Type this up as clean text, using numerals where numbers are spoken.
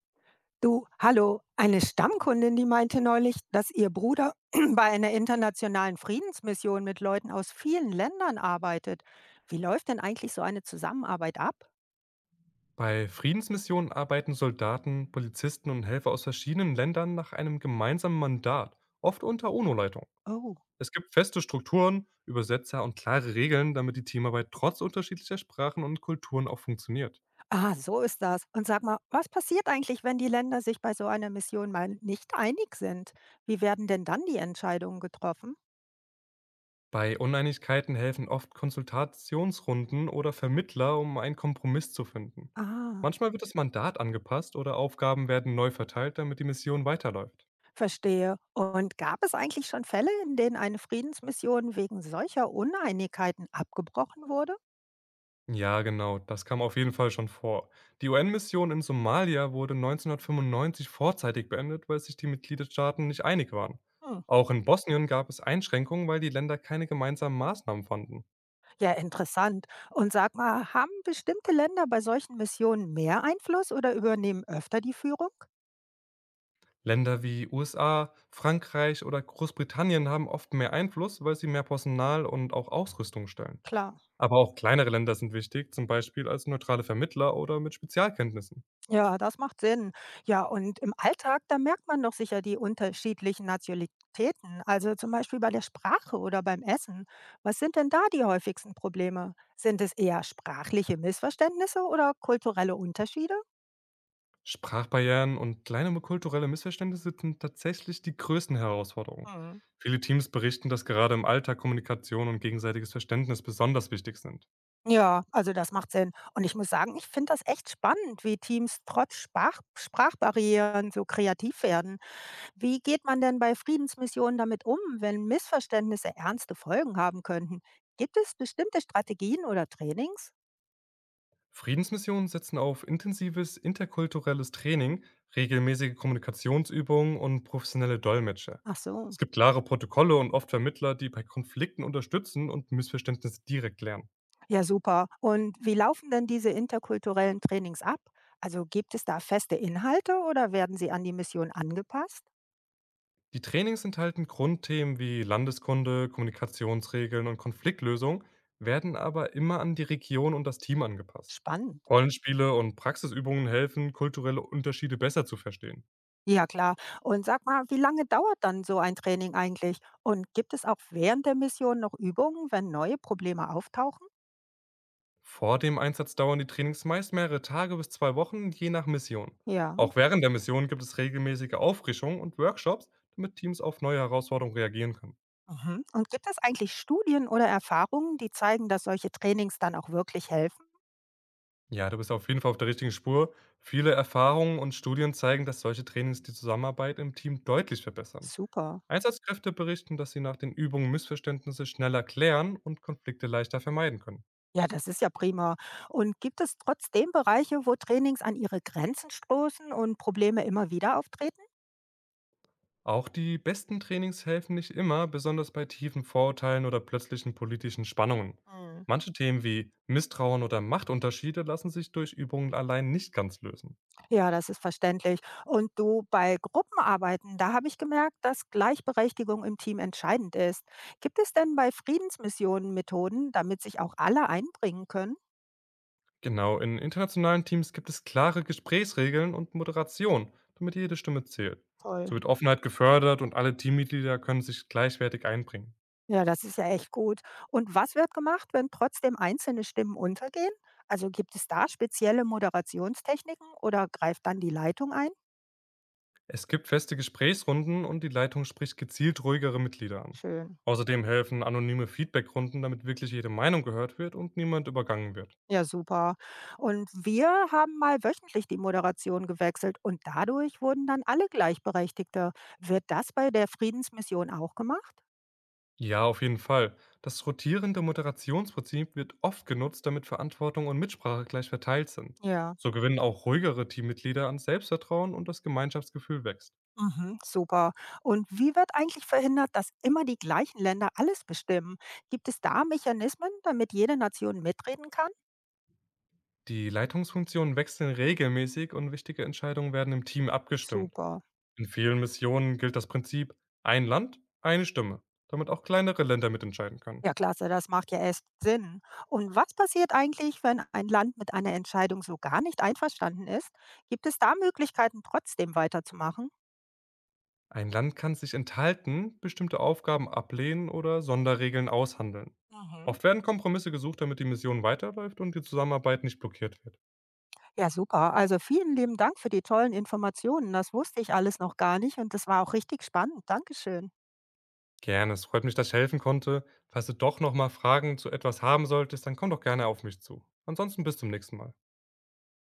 Du, hallo, eine Stammkundin, die meinte neulich, dass ihr Bruder bei einer internationalen Friedensmission mit Leuten aus vielen Ländern arbeitet. Wie läuft denn eigentlich so eine Zusammenarbeit ab? Bei Friedensmissionen arbeiten Soldaten, Polizisten und Helfer aus verschiedenen Ländern nach einem gemeinsamen Mandat, oft unter UNO-Leitung. Oh, Es gibt feste Strukturen, Übersetzer und klare Regeln, damit die Teamarbeit trotz unterschiedlicher Sprachen und Kulturen auch funktioniert. ah, so ist das. Und sag mal, was passiert eigentlich, wenn die Länder sich bei so einer Mission mal nicht einig sind? Wie werden denn dann die Entscheidungen getroffen? Bei Uneinigkeiten helfen oft Konsultationsrunden oder Vermittler, um einen Kompromiss zu finden. Ah, Manchmal wird das Mandat angepasst oder Aufgaben werden neu verteilt, damit die Mission weiterläuft. verstehe. Und gab es eigentlich schon Fälle, in denen eine Friedensmission wegen solcher Uneinigkeiten abgebrochen wurde? Ja, genau, das kam auf jeden Fall schon vor. Die UN-Mission in Somalia wurde 1995 vorzeitig beendet, weil sich die Mitgliedstaaten nicht einig waren. Hm. Auch in Bosnien gab es Einschränkungen, weil die Länder keine gemeinsamen Maßnahmen fanden. Ja, interessant. Und sag mal, haben bestimmte Länder bei solchen Missionen mehr Einfluss oder übernehmen öfter die Führung? Länder wie USA, Frankreich oder Großbritannien haben oft mehr Einfluss, weil sie mehr Personal und auch Ausrüstung stellen. Klar. Aber auch kleinere Länder sind wichtig, zum Beispiel als neutrale Vermittler oder mit Spezialkenntnissen. Ja, das macht Sinn. Ja, und im Alltag, da merkt man doch sicher die unterschiedlichen Nationalitäten, also zum Beispiel bei der Sprache oder beim Essen. Was sind denn da die häufigsten Probleme? Sind es eher sprachliche Missverständnisse oder kulturelle Unterschiede? Sprachbarrieren und kleine kulturelle Missverständnisse sind tatsächlich die größten Herausforderungen. Mhm. Viele Teams berichten, dass gerade im Alltag Kommunikation und gegenseitiges Verständnis besonders wichtig sind. Ja, also das macht Sinn. Und ich muss sagen, ich finde das echt spannend, wie Teams trotz Sprachbarrieren so kreativ werden. Wie geht man denn bei Friedensmissionen damit um, wenn Missverständnisse ernste Folgen haben könnten? Gibt es bestimmte Strategien oder Trainings? Friedensmissionen setzen auf intensives interkulturelles Training, regelmäßige Kommunikationsübungen und professionelle Dolmetscher. Ach Es so, gibt klare Protokolle und oft Vermittler, die bei Konflikten unterstützen und Missverständnisse direkt klären. ja super. Und wie laufen denn diese interkulturellen Trainings ab? Also gibt es da feste Inhalte oder werden sie an die Mission angepasst? Die Trainings enthalten Grundthemen wie Landeskunde, Kommunikationsregeln und Konfliktlösung, werden aber immer an die Region und das Team angepasst. Spannend. Rollenspiele und Praxisübungen helfen, kulturelle Unterschiede besser zu verstehen. Ja, klar. Und sag mal, wie lange dauert dann so ein Training eigentlich? Und gibt es auch während der Mission noch Übungen, wenn neue Probleme auftauchen? Vor dem Einsatz dauern die Trainings meist mehrere Tage bis 2 Wochen, je nach Mission. Ja. Auch während der Mission gibt es regelmäßige Auffrischungen und Workshops, damit Teams auf neue Herausforderungen reagieren können. Mhm. Und gibt es eigentlich Studien oder Erfahrungen, die zeigen, dass solche Trainings dann auch wirklich helfen? Ja, du bist auf jeden Fall auf der richtigen Spur. Viele Erfahrungen und Studien zeigen, dass solche Trainings die Zusammenarbeit im Team deutlich verbessern. Super. Einsatzkräfte berichten, dass sie nach den Übungen Missverständnisse schneller klären und Konflikte leichter vermeiden können. Ja, das ist ja prima. Und gibt es trotzdem Bereiche, wo Trainings an ihre Grenzen stoßen und Probleme immer wieder auftreten? Auch die besten Trainings helfen nicht immer, besonders bei tiefen Vorurteilen oder plötzlichen politischen Spannungen. Mhm. Manche Themen wie Misstrauen oder Machtunterschiede lassen sich durch Übungen allein nicht ganz lösen. Ja, das ist verständlich. Und du, bei Gruppenarbeiten, da habe ich gemerkt, dass Gleichberechtigung im Team entscheidend ist. Gibt es denn bei Friedensmissionen Methoden, damit sich auch alle einbringen können? Genau, in internationalen Teams gibt es klare Gesprächsregeln und Moderation, damit jede Stimme zählt. Toll. So wird Offenheit gefördert und alle Teammitglieder können sich gleichwertig einbringen. Ja, das ist ja echt gut. Und was wird gemacht, wenn trotzdem einzelne Stimmen untergehen? Also gibt es da spezielle Moderationstechniken oder greift dann die Leitung ein? Es gibt feste Gesprächsrunden und die Leitung spricht gezielt ruhigere Mitglieder an. Schön. Außerdem helfen anonyme Feedbackrunden, damit wirklich jede Meinung gehört wird und niemand übergangen wird. Ja, super. Und wir haben mal wöchentlich die Moderation gewechselt und dadurch wurden dann alle Gleichberechtigte. Wird das bei der Friedensmission auch gemacht? Ja, auf jeden Fall. Das rotierende Moderationsprinzip wird oft genutzt, damit Verantwortung und Mitsprache gleich verteilt sind. Ja. So gewinnen auch ruhigere Teammitglieder an Selbstvertrauen und das Gemeinschaftsgefühl wächst. Mhm, super. Und wie wird eigentlich verhindert, dass immer die gleichen Länder alles bestimmen? Gibt es da Mechanismen, damit jede Nation mitreden kann? Die Leitungsfunktionen wechseln regelmäßig und wichtige Entscheidungen werden im Team abgestimmt. Super. In vielen Missionen gilt das Prinzip ein Land, eine Stimme, damit auch kleinere Länder mitentscheiden können. Ja, klasse, das macht ja echt Sinn. Und was passiert eigentlich, wenn ein Land mit einer Entscheidung so gar nicht einverstanden ist? Gibt es da Möglichkeiten, trotzdem weiterzumachen? Ein Land kann sich enthalten, bestimmte Aufgaben ablehnen oder Sonderregeln aushandeln. Mhm. Oft werden Kompromisse gesucht, damit die Mission weiterläuft und die Zusammenarbeit nicht blockiert wird. Ja, super. Also vielen lieben Dank für die tollen Informationen. Das wusste ich alles noch gar nicht und das war auch richtig spannend. Dankeschön. Gerne, es freut mich, dass ich helfen konnte. Falls du doch nochmal Fragen zu etwas haben solltest, dann komm doch gerne auf mich zu. Ansonsten bis zum nächsten Mal.